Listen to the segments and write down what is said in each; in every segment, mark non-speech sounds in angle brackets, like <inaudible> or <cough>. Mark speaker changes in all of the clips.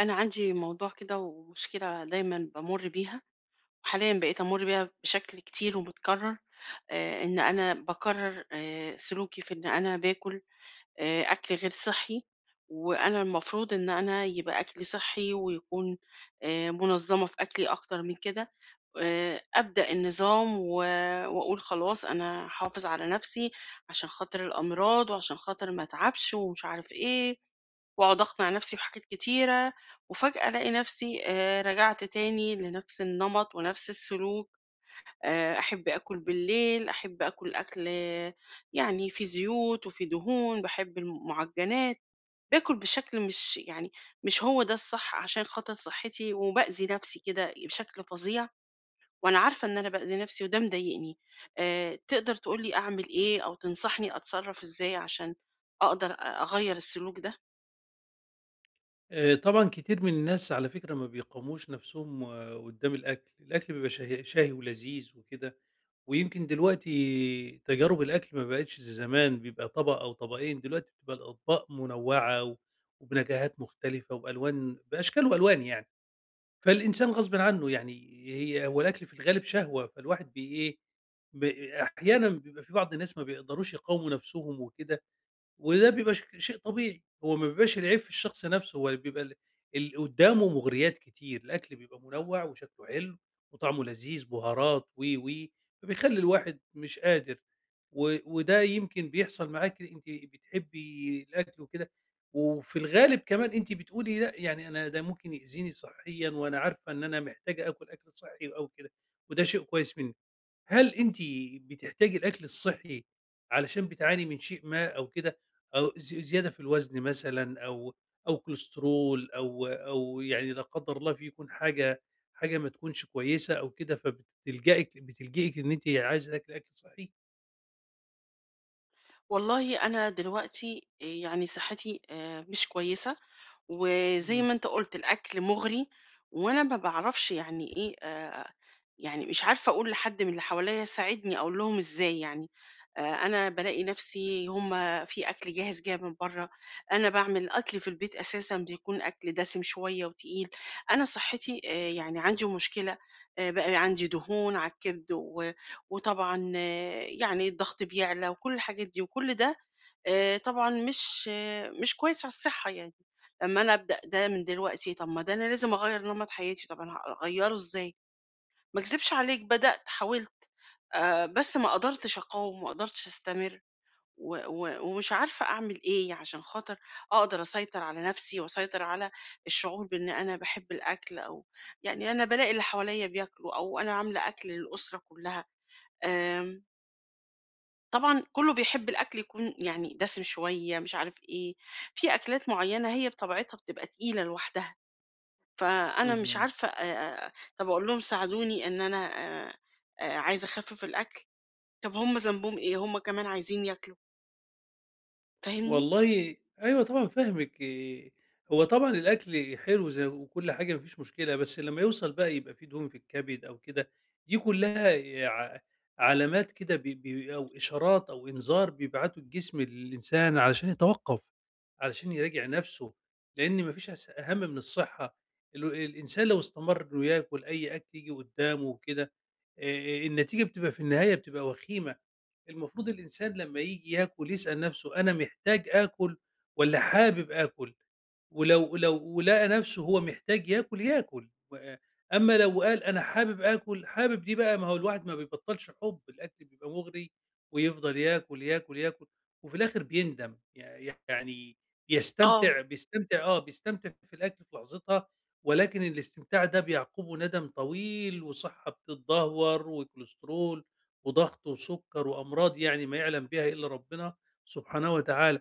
Speaker 1: أنا عندي موضوع كده ومشكلة دايما بمر بيها، وحاليا بقيت أمر بيها بشكل كتير ومتكرر. إن أنا بكرر سلوكي في إن أنا باكل أكل غير صحّي. وأنا المفروض إن أنا يبقى أكلي صحّي ويكون منظّمة في أكلي أكتر من كده. أبدأ النظام و وأقول خلاص أنا هاحافظ على نَفْسي عشان خاطر الأمراض وعشان خاطر ما أتعبش ومش عارف إيه، وأقعد أقنع نَفْسي بحاجات كتيرة، وفجأة ألاقي نَفْسي رجعت تاني لنَفْس النمط ونَفْس السلوك. أحب آكل بالليل، أحب آكل أكل يعني فيه زيوت وفيه دهون، باحب المعجنات، باكل بشكل مش يعني مش هو ده الصح عشان خاطر صحتي، وبأذي نفسي كده بشكل فظيع، وأنا عارفة إن أنا بأذي نفسي وده مضايقني. تقدر تقول لي أعمل إيه أو تنصحني أتصرف إزاي عشان أقدر أغيّر السلوك ده؟
Speaker 2: طبعًا كتير من الناس على فكرة ما بيقاوموش نَفْسهم آه، قُدّام الأكل، الأكل بيبقى شهي ولذيذ وكده، ويمكن دلوقتي تجارب الأكل ما بقِتش زي زمان بيبقى طبق أو طبقين، دلوقتي بتبقى الأطباق منوّعة و وبنكهات مختلفة وبألوان بأشكال وألوان يعني، فالإنسان غصبٍ عنّه يعني هو الأكل في الغالب شهوة، فالواحد بي إيه، ب أحيانًا بيبقى في بعض الناس ما بيقدروش يقاوموا نَفْسهم وكده وده بيبقى شيء طبيعي، هو ما بيبقاش العيب في الشخص نفسه، هو بيبقى اللي قدّامه مغريات كتير، الأكل بيبقى منوّع وشكله حلو وطعمه لذيذ، بهارات و، و، فبيخلّي الواحد مش قادر، وده يمكن بيحصل معاكِ أنتِ بتحبي الأكل وكده، وفي الغالب كمان أنتِ بتقولي لأ، يعني أنا ده ممكن يأذيني صحيًا وأنا عارفة إن أنا محتاجة آكل أكل صحي أو كده، وده شيء كويس منِّك. هل أنتِ بتحتاجي الأكل الصحّي علشان بتعاني من شيء ما أو كده، أو زيادة في الوزن مثلًا أو أو كوليسترول أو يعني لا قدّر الله فيكم حاجة ما تكونش كويسة أو كده، فبتلجئك إن أنتِ عايزة تاكلي أكل صحّي؟
Speaker 1: والله أنا دلوقتي يعني صحتي مش كويسة. وزي
Speaker 2: إمم،
Speaker 1: ما أنت قُلت الأكل مُغري. وأنا ما باعرفش يعني إيه يعني مش عارفة أقول لحد من اللي حواليّا ساعدني أقول لهم إزاي يعني. أنا بالاقي نفسي في أكل جاهز جاي من برّه. أنا باعمل أكل في البيت أساسًا بيكون أكل دسم شوية وتقيل. أنا صحتي يعني عندي مشكلة بقى عندي دهون على الكبد، و وطبعًا يعني الضغط بيعلى وكل الحاجات دي، وكل ده طبعًا مش كويس على الصحّة يعني. لمّا أنا أبدأ ده من دلوقتي، طب ما ده أنا لازم أغيّر نمط حياتي، طب أنا هاغيّره إزاي؟ ما اكذبش عليك بدأت، حاولت، بس ما قدرتش أقاوم، ما قدرتش أستمر، و و ومش عارفة أعمل إيه عشان خاطر أقدر أسيطر على نفسي وأسيطر على الشعور بإن أنا باحب الأكل. أو يعني أنا بالاقي اللي حواليّا بياكلوا أو أنا عاملة أكل للأسرة كلّها. آمم طبعًا كُلّه بيحب الأكل يكون يعني دسم شوية، مش عارف إيه، في أكلات معيّنة هي بطبيعتها بتبقى تقيلة لوحدها. فأنا مش
Speaker 2: اهم.
Speaker 1: عارفة طَب أقول لهم ساعدوني إن أنا عايزة أخفِّف الأكل. طَب هم ذنبهم إيه؟ هم كمان عايزين ياكلوا. فاهمني؟
Speaker 2: والله أيوه طبعًا فاهمِك، هو طبعًا الأكل حلو زي وكل حاجة ما فيش مشكلة، بس لمّا يوصل بقى يبقى في دهون في الكبد أو كده، دي كلها إيه، علامات كده ب ب أو إشارات أو إنذار بيبعته الجسم للإنسان علشان يتوقّف، علشان يراجع نَفْسه، لإن ما فيش أهَم من الصحة، الإنسان لو استمر إنه ياكل أي أكل ييجي قدّامه وكده، النتيجة بتبقى في النهاية بتبقى وخيمة. المفروض الإنسان لمّا ييجي ياكل يسأل نَفْسه أنا محتاج آكل والّا حابب آكل؟ ولو لو ولقى نفسه هو محتاج ياكل، ياكل، و أمّا لو قال أنا حابب آكل، حابب دي بقى ما هو الواحد ما بيبطّلش حُب، الأكل بيبقى مُغري ويفضل ياكل، ياكل، ياكل وفي الآخِر بيندم، يعني
Speaker 1: آه.
Speaker 2: بيستمتع آه، بيستمتع في الأكل في لحظتها، ولكن الاستمتاع ده بيعقبه ندم طويل وصحّة بتتدهور وكوليسترول وضغط وسُكّر وأمراض يعني ما يعلم بها إلا ربنا سبحانه وتعالى.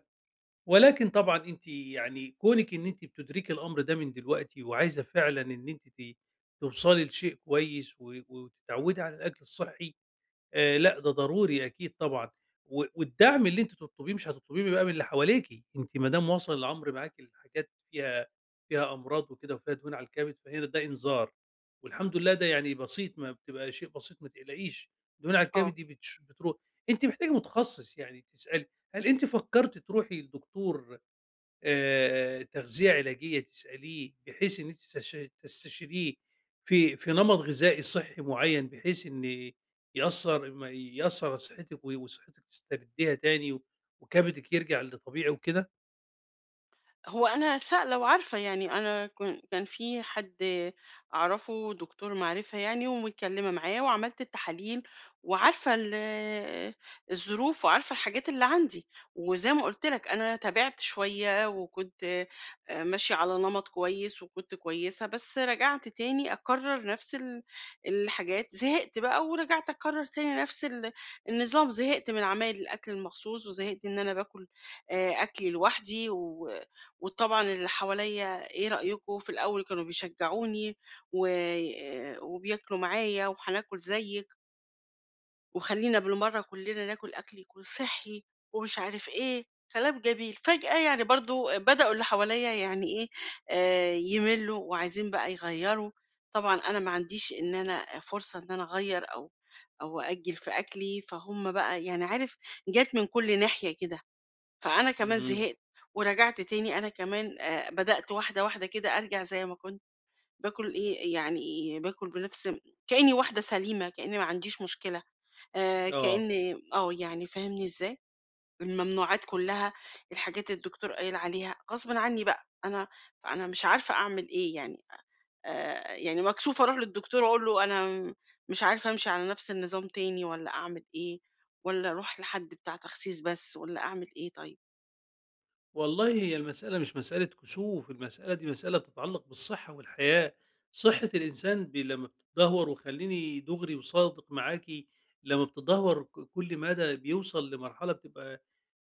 Speaker 2: ولكن طبعًا أنتِ يعني كونِك إن أنتِ بتدركي الأمر ده من دلوقتي وعايزة فعلًا إن أنتِ توصلي لشيء كويس وتتعودي على الأكل الصحي، لأ، ده ضروري أكيد طبعًا، والدعم اللي أنتِ تطلبيه مش هتطلبيه بقى من اللي حواليكِ، أنتِ ما دام واصل الأمر معاكِ لحاجات فيها أمراض وكده وفيها دهون على الكبد، فهنا ده إنذار، والحمد لله ده يعني بسيط ما بتبقى شيء بسيط ما تقلقيش، دهون على الكبد
Speaker 1: آه.
Speaker 2: دي بتروح، أنتِ محتاجة متخصص يعني تسألي، هل أنتِ فكرتِ تروحي لدكتور تغذية علاجية تسأليه بحيث إن أنتِ تستشيريه في نمط غذائي صحّي معيّن بحيث إن يأثّر ما يأثّر على صحتِك وصحتِك تسترديها تاني وكبدِك يرجع لطبيعي وكده؟
Speaker 1: هو أنا لو عارفة يعني أنا كان في حد أعرفه دكتور معرفة يعني، ومتكلمة معاه وعملت التحاليل وعارفة <hesitation> الظروف وعارفة الحاجات اللي عندي. وزي ما قُلت لك أنا تابعت شوية وكنت ماشية على نمط كويس وكنت كويسة، بس رجعت تاني أكرّر نفس الحاجات. زهقت بقى ورجعت أكرّر تاني نفس النظام. زهقت من عمايل الأكل المخصوص وزهقت إن أنا باكل أكلي لوحدي. و وطبعًا اللي حواليّا إيه رأيكم؟ في الأول كانوا بيشجعوني و وبياكلوا معايا وهناكل زيِّك، وخلّينا بالمرّة كلّنا ناكل أكل يكون صحّي ومش عارف إيه، كلام جميل. فجأة يعني برضه بدأوا اللي حواليّا يعني إيه، يملّوا وعايزين بقى يغيّروا. طبعًا أنا ما عنديش إن أنا فرصة إن أنا أغيّر أو أأجّل في أكلي، فهُم بقى يعني عارف، جات من كل ناحية كده. فأنا كمان
Speaker 2: اهم،
Speaker 1: زهقت، ورجعت تاني أنا كمان بدأت واحدة، واحدة كده أرجع زي ما كنت، باكل إيه، يعني باكل بنفس، كإني واحدة سليمة، كإني ما عنديش مشكلة،
Speaker 2: آه.
Speaker 1: كإني يعني فاهمني إزاي؟ الممنوعات كلّها، الحاجات الدكتور قايل عليها، غصبٍ عني بقى. أنا فأنا مش عارفة أعمل إيه يعني. يعني مكسوفة أروح للدكتور أقول له أنا مش عارفة أمشي على نفس النظام تاني والّا أعمل إيه، والّا أروح لحد بتاع تخسيس بس والّا أعمل إيه طيب؟
Speaker 2: والله هي المسألة مش مسألة كسوف، المسألة دي مسألة تتعلّق بالصحّة والحياة. صحّة الإنسان لمّا بتتدهور وخلّيني دُغري وصادق معاكِ، لمّا بتتدهور كل مدى بيوصل لمرحلة بتبقى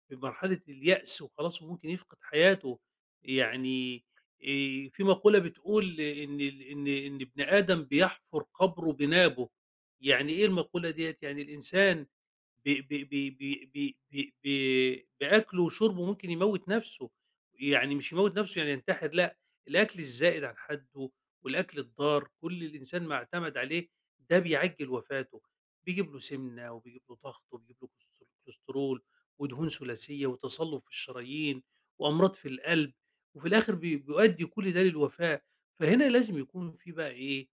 Speaker 2: في مرحلة اليأس وخلاص وممكن يفقد حياته يعني إيه، في مقولة بتقول إن ابن آدم بيحفر قبره بنابه يعني إيه المقولة ديت يعني الإنسان بي بي بي بي بي بي بي بأكله وشربه ممكن يموت نفسه يعني مش يموت نفسه يعني ينتحر لا الأكل الزائد عن حده والأكل الضار كل الإنسان ما اعتمد عليه ده بيعجل وفاته بيجيب له سمنة وبيجيب له ضغط وبيجيب له كوليسترول ودهون ثلاثية وتصلب في الشرايين وأمراض في القلب، وفي الآخر بيؤدّي كل ده للوفاة، فهنا لازم يكون في بقى إيه،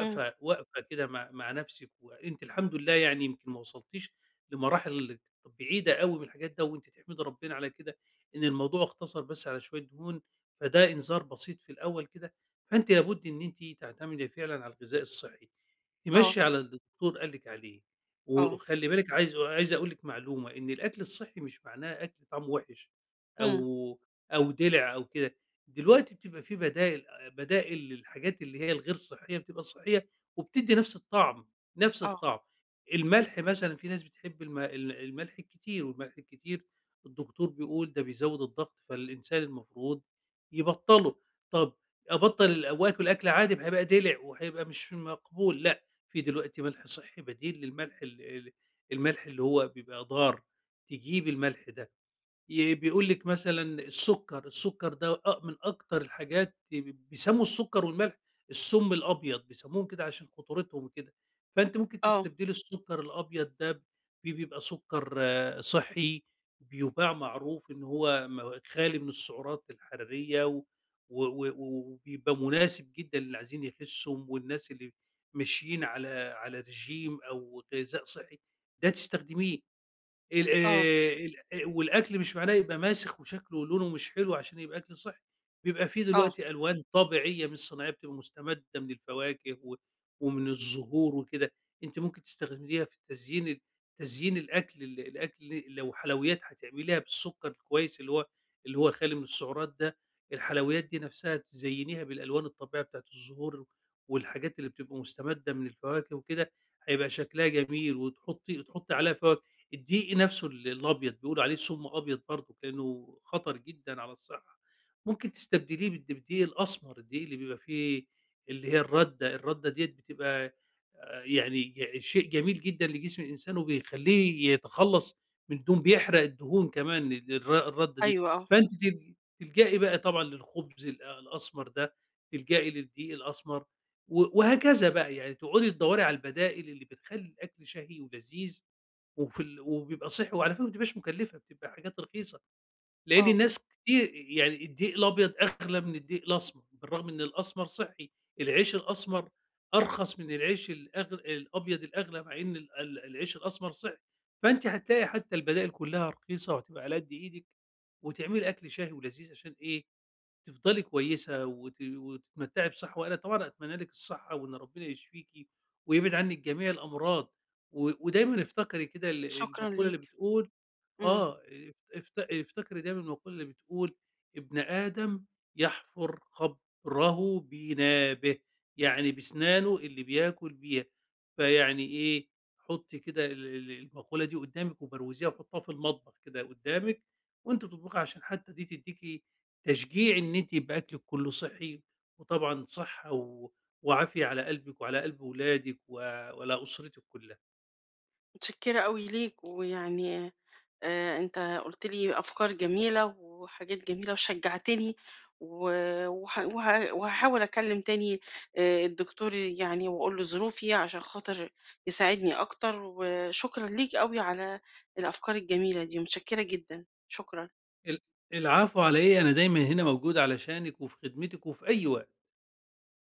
Speaker 1: إمم.
Speaker 2: وقفة كده مع نَفْسِك، وأنتِ الحمد لله يعني يمكن ما وصلتيش لمراحل بعيدة أوي من الحاجات ده، وأنتِ تحمدي ربنا على كده إن الموضوع اقتصر بس على شوية دهون، فده إنذار بسيط في الأول كده، فأنتِ لابد إن أنتِ تعتمدي فعلًا على الغذاء الصحي،
Speaker 1: آه.
Speaker 2: تمشّي على اللي الدكتور قال لِك عليه.
Speaker 1: آه،
Speaker 2: وخلّي بالِك عايز أقول لِك معلومة، إن الأكل الصحّي مش معناه أكل طعمه وِحِش
Speaker 1: إمم،
Speaker 2: أو أو دِلِع أو كده، دلوقتي بتبقى في بدائل للحاجات اللي هي الغير صحّية بتبقى صحّية وبتدّي نَفْس الطعم، نَفْس
Speaker 1: آه،
Speaker 2: الطعم. الملح مثلًا في ناس بتحب الملح الكتير، والملح الكتير الدكتور بيقول ده بيزوّد الضغط، فالإنسان المفروض يبطّله. طَب أبطّل ال وآكل أكل عادي، ما هيبقى دِلِع وهيبقى مش مقبول، لأ في دلوقتي ملح صحّي بديل للملح ال ال الملح اللي هو بيبقى ضار، تجيب الملح ده. بيقول لِك مثلًا السُكّر، السُكّر ده من أكتر الحاجات بيسمّوا السُكّر والملح السُم الأبيض، بيسمّوهم كده عشان خطورتهم وكده، فأنتِ ممكن
Speaker 1: آه،
Speaker 2: تستبدلي السُكّر الأبيض ده ب بيبقى سُكّر آه، صحّي بيُباع معروف إن هو خالي من السعرات الحرارية و و و وبيبقى مناسب جدًا للي عايزين يخسّوا والناس اللي ماشيين على على ريجيم أو غذاء صحّي، ده تستخدميه. ال
Speaker 1: آه،
Speaker 2: ال آه، والأكل مش معناه يبقى ماسخ وشكله ولونه مش حلو عشان يبقى أكل صحّي، بيبقى في
Speaker 1: آه،
Speaker 2: دلوقتي ألوان طبيعية مش صناعية بتبقى مستمدة من الفواكه و ومن الزهور وكده، أنتِ ممكن تستخدميها في تزيين الأكل الأكل لو حلويات هتعمليها بالسُكّر الكويس اللي هو خالي من السعرات ده، الحلويات دي نفْسها تزيّنيها بالألوان الطبيعية بتاعة الزهور والحاجات اللي بتبقى مستمدة من الفواكه وكده، هيبقى شكلها جميل وتحطّي عليها الدقيق نفسه الأبيض بيقولوا عليه سُمّ أبيض برضه لأنه خطر جدًا على الصحة، ممكن تستبدليه بالدقيق الأسمر، الدقيق اللي بيبقى فيه اللي هي الردة، الردة ديّة بتبقى يعني شيء جميل جدًا لجسم الإنسان وبيخلّيه يتخلّص من دهون، بيحرق الدهون كمان ال الر الردة دي،
Speaker 1: أيوه، آه،
Speaker 2: فأنتِ تلجئي بقى طبعًا للخبز الأسمر ده، تلجئي للدقيق الأسمر وهكذا بقى، يعني تقعدي تدوّري على البدائل اللي بتخلّي الأكل شهي ولذيذ وفي ال وبيبقى صحّي وعلى فكرة ما بتبقاش مكلّفة، بتبقى حاجات رخيصة، لإن
Speaker 1: آه،
Speaker 2: الناس كتير يعني الدقيق الأبيض أغلى من الدقيق الأسمر، بالرغم إن الأسمر صحّي، العيش الأسمر أرخص من العيش الأبيض الأغلى، مع إن ال ال العيش الأسمر صحّي، فأنتِ هتلاقي حتى البدائل كلّها رخيصة وهتبقى على قد إيدِك، وتعملي أكل شهي ولذيذ عشان إيه، تفضلي كويسة وتتمتّعي بصحّة وأنا طبعًا أتمنى لِك الصحّة وإن ربنا يشفيكِ ويبعد عنِّك جميع الأمراض، ودايمًا افتكري كده
Speaker 1: شكرًا
Speaker 2: المقولة اللي
Speaker 1: ليك،
Speaker 2: بتقول
Speaker 1: إمم.
Speaker 2: آه، اف افت افتكري دايمًا المقولة اللي بتقول ابن آدم يحفر قبره بنابه، يعني بسنانه اللي بياكل بيها، فيعني إيه، حُطّي كده ال ال المقولة دي قدّامِك وبروزيها وحُطّها في المطبخ كده قدّامِك وأنتِ بتطبخي عشان حتى دي تدّيكِ تشجيع إن أنتِ يبقى أكلِك كلّه صحّي، وطبعًا صحّة وعافية على قلبِك وعلى قلب ولادِك وعلى أسرتِك كلّها.
Speaker 1: متشكرة أوي ليك. ويعني أنت قُلت لي أفكار جميلة وحاجات جميلة وشجعتني. و وه وه وهاحاول أكلم تاني الدكتور يعني، وأقول له ظروفي عشان خاطر يساعدني أكتر. وشكرًا ليك أوي على الأفكار الجميلة دي، متشكرة جدًا. شكرًا.
Speaker 2: ال العفو على إيه، أنا دايمًا هنا موجود علشانِك وفي خدمتِك وفي أي وقت.